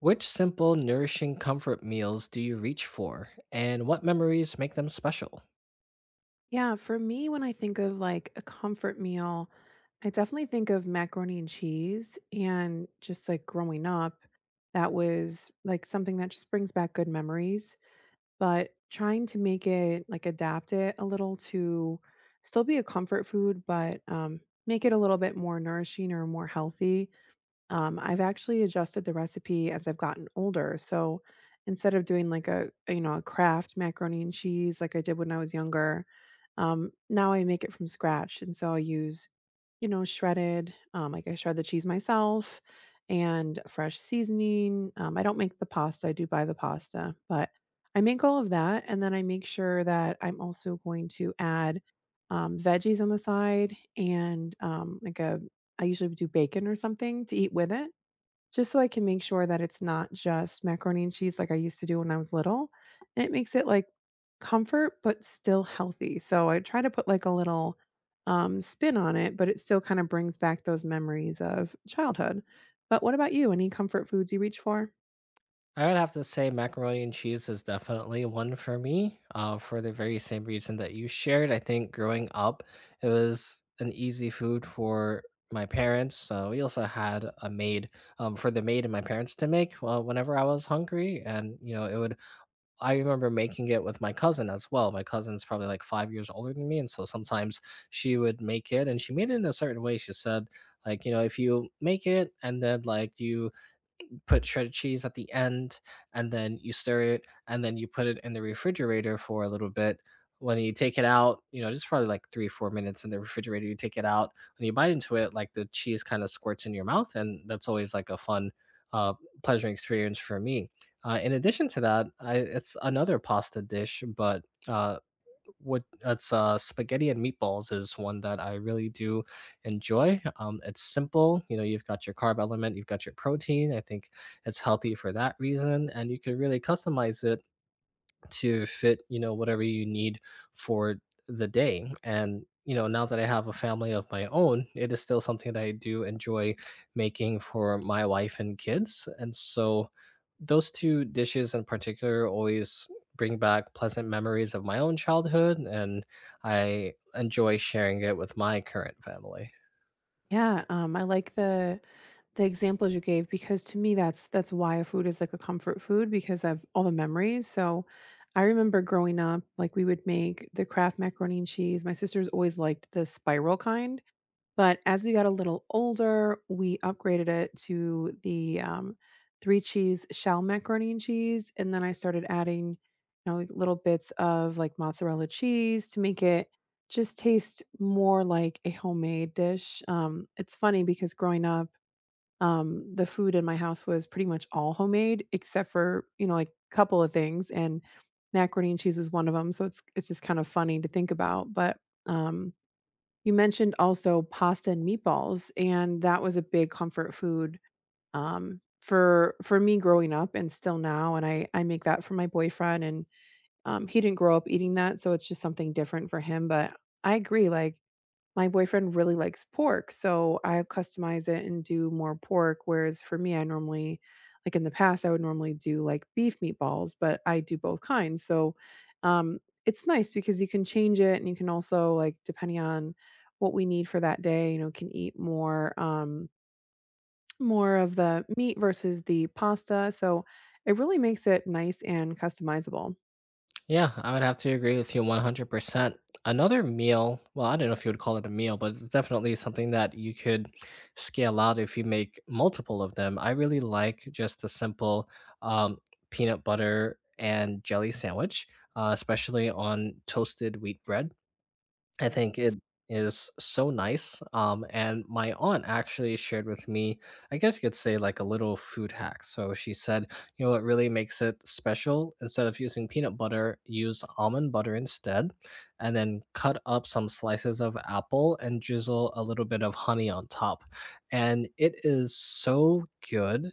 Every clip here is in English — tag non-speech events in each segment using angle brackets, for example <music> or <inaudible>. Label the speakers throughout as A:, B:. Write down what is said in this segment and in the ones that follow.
A: Which simple, nourishing comfort meals do you reach for, and what memories make them special?
B: Yeah, for me, when I think of a comfort meal, I definitely think of macaroni and cheese. And just like growing up, that was like something that just brings back good memories. But trying to make it like adapt it a little to still be a comfort food, but make it a little bit more nourishing or more healthy. I've actually adjusted the recipe as I've gotten older. So instead of doing like you know, a craft macaroni and cheese like I did when I was younger, now I make it from scratch. And so I'll use you know, shredded, like, I shred the cheese myself and fresh seasoning, I don't make the pasta, I do buy the pasta, but I make all of that, and then I make sure that I'm also going to add, veggies on the side and, like, a I usually do bacon or something to eat with it. Just so I can make sure that it's not just macaroni and cheese like I used to do when I was little, and it makes it, like, comfort, but still healthy, so I try to put, like, a little, spin on it, but it still kinda brings back those memories of childhood. But what about you? Any comfort foods you reach for?
A: I would have to say macaroni and cheese is definitely one for me, for the very same reason that you shared. I think growing up, it was an easy food for my parents. We also had a maid, for the maid and my parents to make, whenever I was hungry, and you know it would— I remember making it with my cousin as well. My cousin's probably like 5 years older than me, and so sometimes she would make it, and she made it in a certain way. She said, like, you know, "If you make it and then, like, you put shredded cheese at the end, and then you stir it, and then you put it in the refrigerator for a little bit. When you take it out, you know, just probably like 3, 4 minutes in the refrigerator, you take it out. When you bite into it, like the cheese kind of squirts in your mouth, and that's always like a fun, uh, pleasuring experience for me. In addition to that, I, It's another pasta dish, but what that's spaghetti and meatballs is one that I really do enjoy. It's simple. You know, you've got your carb element, you've got your protein. I think it's healthy for that reason, and you can really customize it to fit, you know, whatever you need for the day. And, you know, now that I have a family of my own, it is still something that I do enjoy making for my wife and kids. And so those two dishes in particular always bring back pleasant memories of my own childhood, and I enjoy sharing it with my current family.
B: Yeah, I like the examples you gave, because to me, that's why a food is like a comfort food because of all the memories. So I remember growing up, like we would make the Kraft macaroni and cheese. My sisters always liked the spiral kind, but as we got a little older, we upgraded it to the three cheese shell macaroni and cheese, and then I started adding, you know, like, little bits of like mozzarella cheese to make it just taste more like a homemade dish. It's funny because growing up, the food in my house was pretty much all homemade except for, you know, like, a couple of things, and macaroni and cheese was one of them. So it's just kind of funny to think about, but, um, you mentioned also pasta and meatballs, and that was a big comfort food, for me growing up and still now, and I make that for my boyfriend, and, he didn't grow up eating that, so it's just something different for him, but I agree, like, my boyfriend really likes pork, so I customize it and do more pork, whereas for me, I normally like in the past, I would normally do like beef meatballs, but I do both kinds. So, um, it's nice because you can change it and you can also like depending on what we need for that day, you know, can eat more more of the meat versus the pasta. So it really makes it nice and customizable.
A: Yeah, I would have to agree with you 100%. Another meal, well, I don't know if you would call it a meal, but it's definitely something that you could scale out if you make multiple of them. I really like just a simple, um, peanut butter and jelly sandwich, especially on toasted wheat bread. I think it is so nice. And my aunt actually shared with me, I guess you could say, like a little food hack. So she said, you know, what really makes it special, instead of using peanut butter, use almond butter instead, and then cut up some slices of apple and drizzle a little bit of honey on top. And it is so good.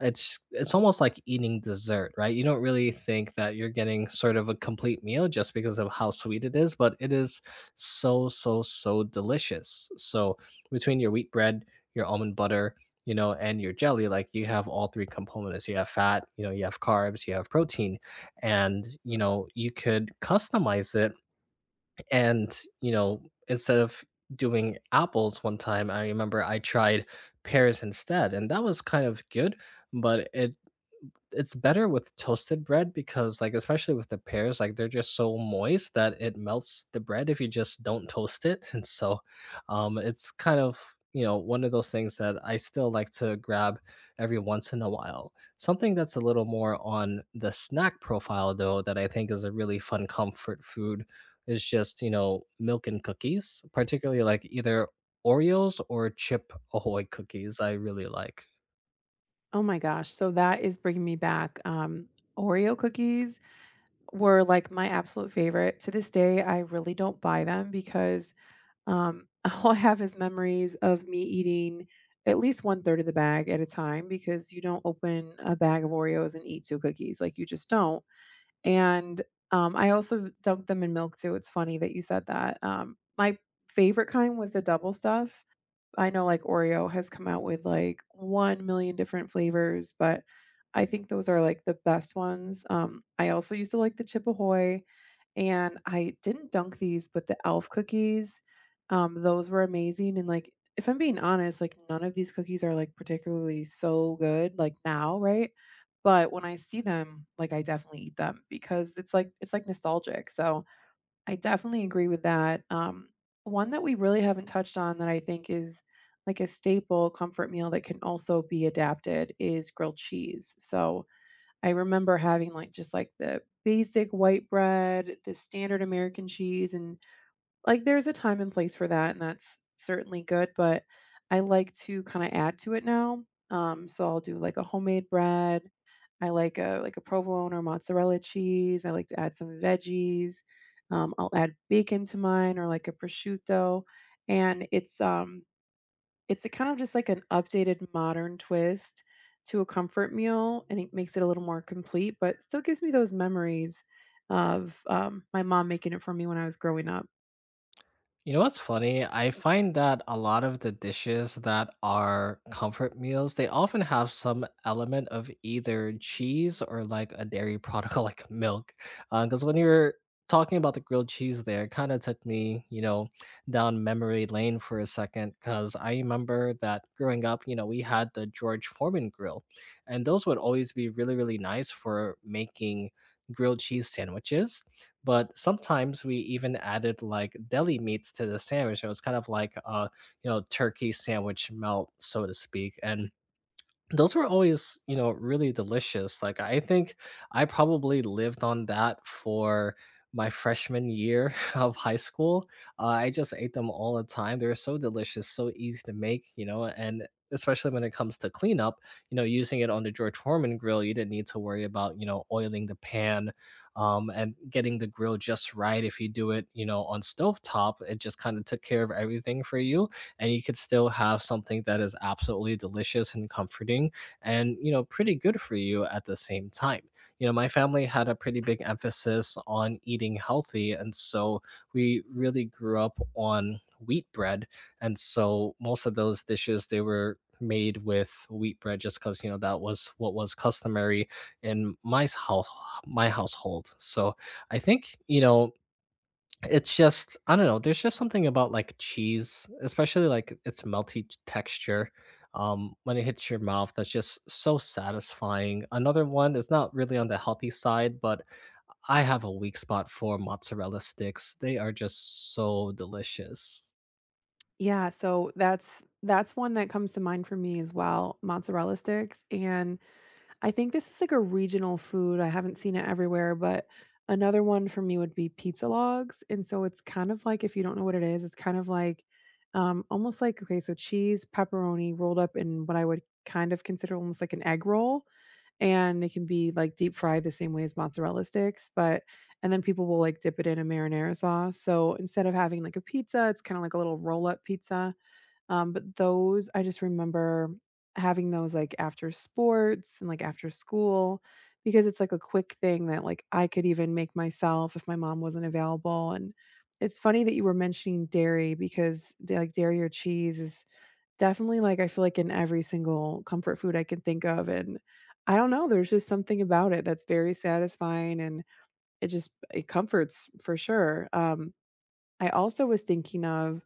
A: It's almost like eating dessert, right? You don't really think that you're getting sort of a complete meal just because of how sweet it is, but it is so, so, so delicious. So between your wheat bread, your almond butter, you know, and your jelly, like you have all three components. You have fat, you know, you have carbs, you have protein, and you know, you could customize it, and, you know, instead of doing apples one time, I remember I tried pears instead, and that was kind of good, but it's better with toasted bread because like especially with the pears like they're just so moist that it melts the bread if you just don't toast it <laughs> and so, it's kind of, you know, one of those things that I still like to grab every once in a while. Something that's a little more on the snack profile though that I think is a really fun comfort food is just, you know, milk and cookies, particularly like either Oreos or chip ahoy cookies I really like.
B: Oh my gosh. So that is bringing me back. Oreo cookies were like my absolute favorite. To this day, I really don't buy them because um, <laughs> all I have is memories of me eating at least one third of the bag at a time because you don't open a bag of Oreos and eat two cookies. Like you just don't. And I also dunk them in milk too. It's funny that you said that. My favorite kind was the double stuff. I know like Oreo has come out with like 1 million different flavors, but I think those are like the best ones. I also used to like the Chip Ahoy, and I didn't dunk these, but the Elf cookies, those were amazing. And like, if I'm being honest, like none of these cookies are like particularly so good like now, right? But when I see them, like I definitely eat them because it's like nostalgic. So I definitely agree with that. One that we really haven't touched on that I think is like a staple comfort meal that can also be adapted is grilled cheese. So I remember having just like the basic white bread, the standard American cheese, and like there's a time and place for that, and that's certainly good. But I like to kind of add to it now. So I'll do like a homemade bread. I like a provolone or mozzarella cheese, I like to add some veggies, I'll add bacon to mine or like a prosciutto, and it's a kind of just like an updated modern twist to a comfort meal, and it makes it a little more complete, but still gives me those memories of, my mom making it for me when I was growing up.
A: You know what's funny? I find that a lot of the dishes that are comfort meals, they often have some element of either cheese or like a dairy product <laughs> like milk. Because when you're talking about the grilled cheese there, it kind of took me, you know, down memory lane for a second. Because I remember that growing up, you know, we had the George Foreman grill, and those would always be really, really nice for making grilled cheese sandwiches, but sometimes we even added like deli meats to the sandwich. It was kind of like a, you know, turkey sandwich melt, so to speak. And those were always, you know, really delicious. Like, I think I probably lived on that for my freshman year <laughs> of high school. I just ate them all the time. They were so delicious, so easy to make, you know, and especially when it comes to cleanup, you know, using it on the George Foreman grill, you didn't need to worry about, you know, oiling the pan, and getting the grill just right. If you do it, you know, on stovetop, it just kind of took care of everything for you, and you could still have something that is absolutely delicious and comforting and, you know, pretty good for you at the same time. You know, my family had a pretty big emphasis on eating healthy. And so we really grew up on wheat bread. And so most of those dishes, they were made with wheat bread just because you know that was what was customary in my house, my household. So I think, you know, it's just— I don't know, there's just something about, like, cheese, especially, like, its melty t texture, when it hits your mouth that's just so satisfying. Another one is not really on the healthy side, but I have a weak spot for mozzarella sticks. They are just so delicious.
B: Yeah, so that's one that comes to mind for me as well, mozzarella sticks, and I think this is like a regional food. I haven't seen it everywhere, but another one for me would be pizza logs. And so it's kind of like, if you don't know what it is, it's kind of like almost like, okay, so cheese, pepperoni rolled up in what I would kind of consider almost like an egg roll. And they can be like deep fried the same way as mozzarella sticks, but and then people will like dip it in a marinara sauce. So instead of having like a pizza, it's kind of like a little roll up pizza. But those I just remember having those, like, after sports and, like, after school because it's, like, a quick thing that, like, I could even make myself if my mom wasn't available, and it's funny that you were mentioning dairy because dairy or cheese is definitely, like, I feel like in every single comfort food I can think of, and I don't know, there's just something about it that's very satisfying, and it comforts for sure, I also was thinking of,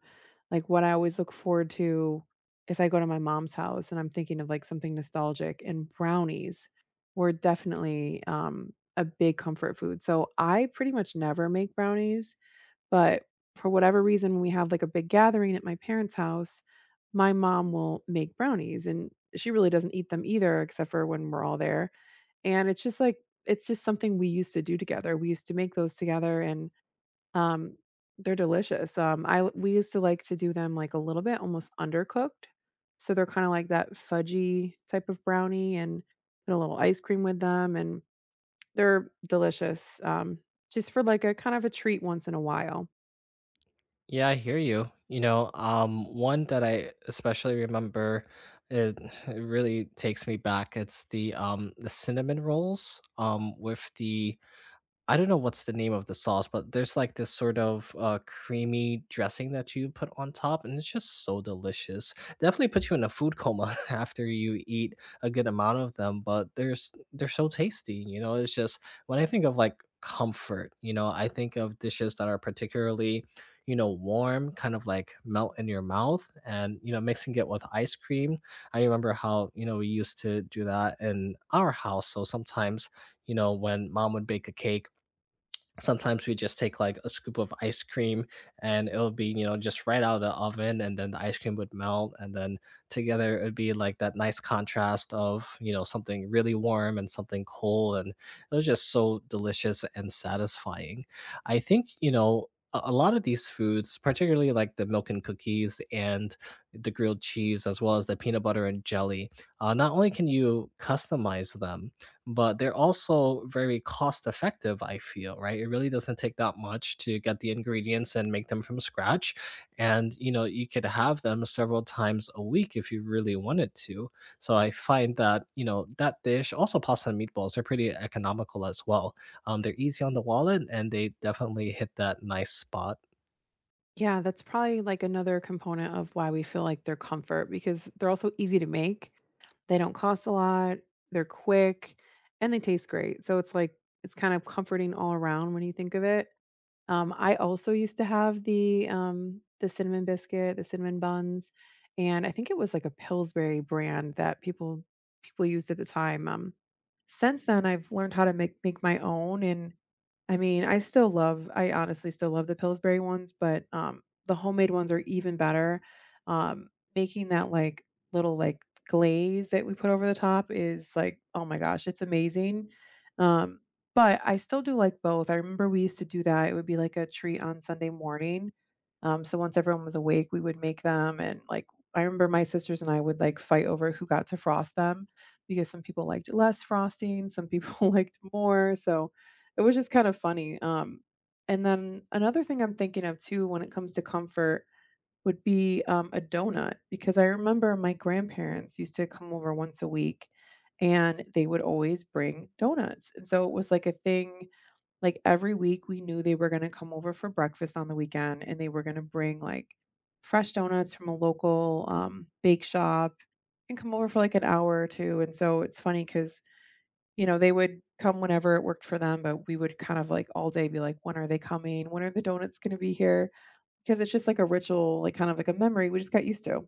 B: like, what I always look forward to if I go to my mom's house and I'm thinking of, like, something nostalgic, and brownies were definitely, a big comfort food, so I pretty much never make brownies, but for whatever reason, when we have, like, a big gathering at my parents' house, my mom will make brownies, and she really doesn't eat them either except for when we're all there, and it's just something we used to do together, we used to make those together, and um, they're delicious. I we used to like to do them, like, a little bit almost undercooked, so they're kinda like that fudgy type of brownie and put a little ice cream with them, and they're delicious, just for, like, a kind of a treat once in a while.
A: Yeah, I hear you. You know, one that I especially remember, it it really takes me back, it's the cinnamon rolls, with the— I don't know what's the name of the sauce, but there's like this sort of creamy dressing that you put on top, and it's just so delicious. Definitely puts you in a food coma <laughs> after you eat a good amount of them, but there's they're so tasty. You know, it's just, when I think of like comfort, you know, I think of dishes that are particularly, you know, warm, kind of like melt in your mouth, and you know, mixing it with ice cream. I remember how, you know, we used to do that in our house. So sometimes, you know, when mom would bake a cake, sometimes we just take like a scoop of ice cream, and it'll be, you know, just right out of the oven, and then the ice cream would melt, and then together it'd be like that nice contrast of, you know, something really warm and something cold, and it was just so delicious and satisfying. I think, you know, a lot of these foods, particularly like the milk and cookies and the grilled cheese, as well as the peanut butter and jelly, not only can you customize them, but they're also very cost effective, I feel, right? It really doesn't take that much to get the ingredients and make them from scratch. And, you know, you could have them several times a week if you really wanted to. So I find that, you know, that dish, also pasta and meatballs, are pretty economical as well. They're easy on the wallet, and they definitely hit that nice spot.
B: Yeah, that's probably, like, another component of why we feel like they're comfort because they're also easy to make, they don't cost a lot, they're quick, and they taste great, so it's like it's kind of comforting all around when you think of it. I also used to have the cinnamon biscuit, the cinnamon buns, and I think it was like a Pillsbury brand that people used at the time, since then, I've learned how to make my own, and I mean, I honestly still love the Pillsbury ones, but, the homemade ones are even better. Um, Making that, like, little, like, glaze that we put over the top is, like, oh my gosh, it's amazing. Um but I still do like both. I remember we used to do that. It would be like a treat on Sunday morning. So once everyone was awake, we would make them. And like, I remember my sisters and I would like fight over who got to frost them because some people liked less frosting, some people <laughs> liked more. So it was just kind of funny. And then another thing I'm thinking of too when it comes to comfort would be, a donut, because I remember my grandparents used to come over once a week, and they would always bring donuts, and so it was like a thing, like, every week we knew they were gonna come over for breakfast on the weekend, and they were gonna bring, like, fresh donuts from a local, bake shop and come over for, like, an hour or 2, and so it's funny because you know, they would come whenever it worked for them, but we would kind of, like, all day be like, "When are they coming? When are the donuts gonna be here?" Because it's just like a ritual, like, kind of like a memory we just got used to.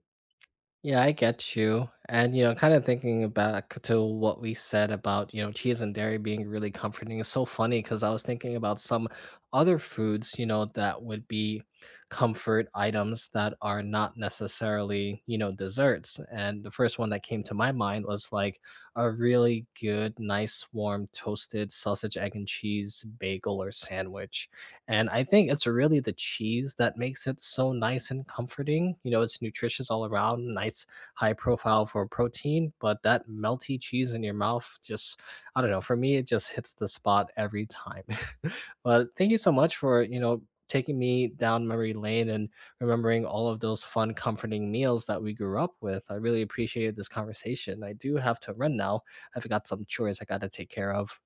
A: Yeah, I get you. And, you know, kind of thinking back to what we said about, you know, cheese and dairy being really comforting is so funny because I was thinking about some other foods, you know, that would be comfort items that are not necessarily, you know, desserts. And the first one that came to my mind was like a really good, nice, warm, toasted sausage, egg, and cheese bagel or sandwich. And I think it's really the cheese that makes it so nice and comforting. You know, it's nutritious all around, nice high profile for protein, but that melty cheese in your mouth just, I don't know, for me, it just hits the spot every time. <laughs> But thank you so much for, you know, taking me down memory lane and remembering all of those fun, comforting meals that we grew up with. I really appreciated this conversation. I do have to run now. I've got some chores I got to take care of.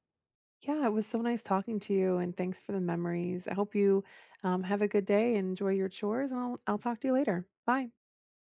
B: Yeah, it was so nice talking to you, and thanks for the memories. I hope you have a good day and enjoy your chores, and I'll talk to you later. Bye.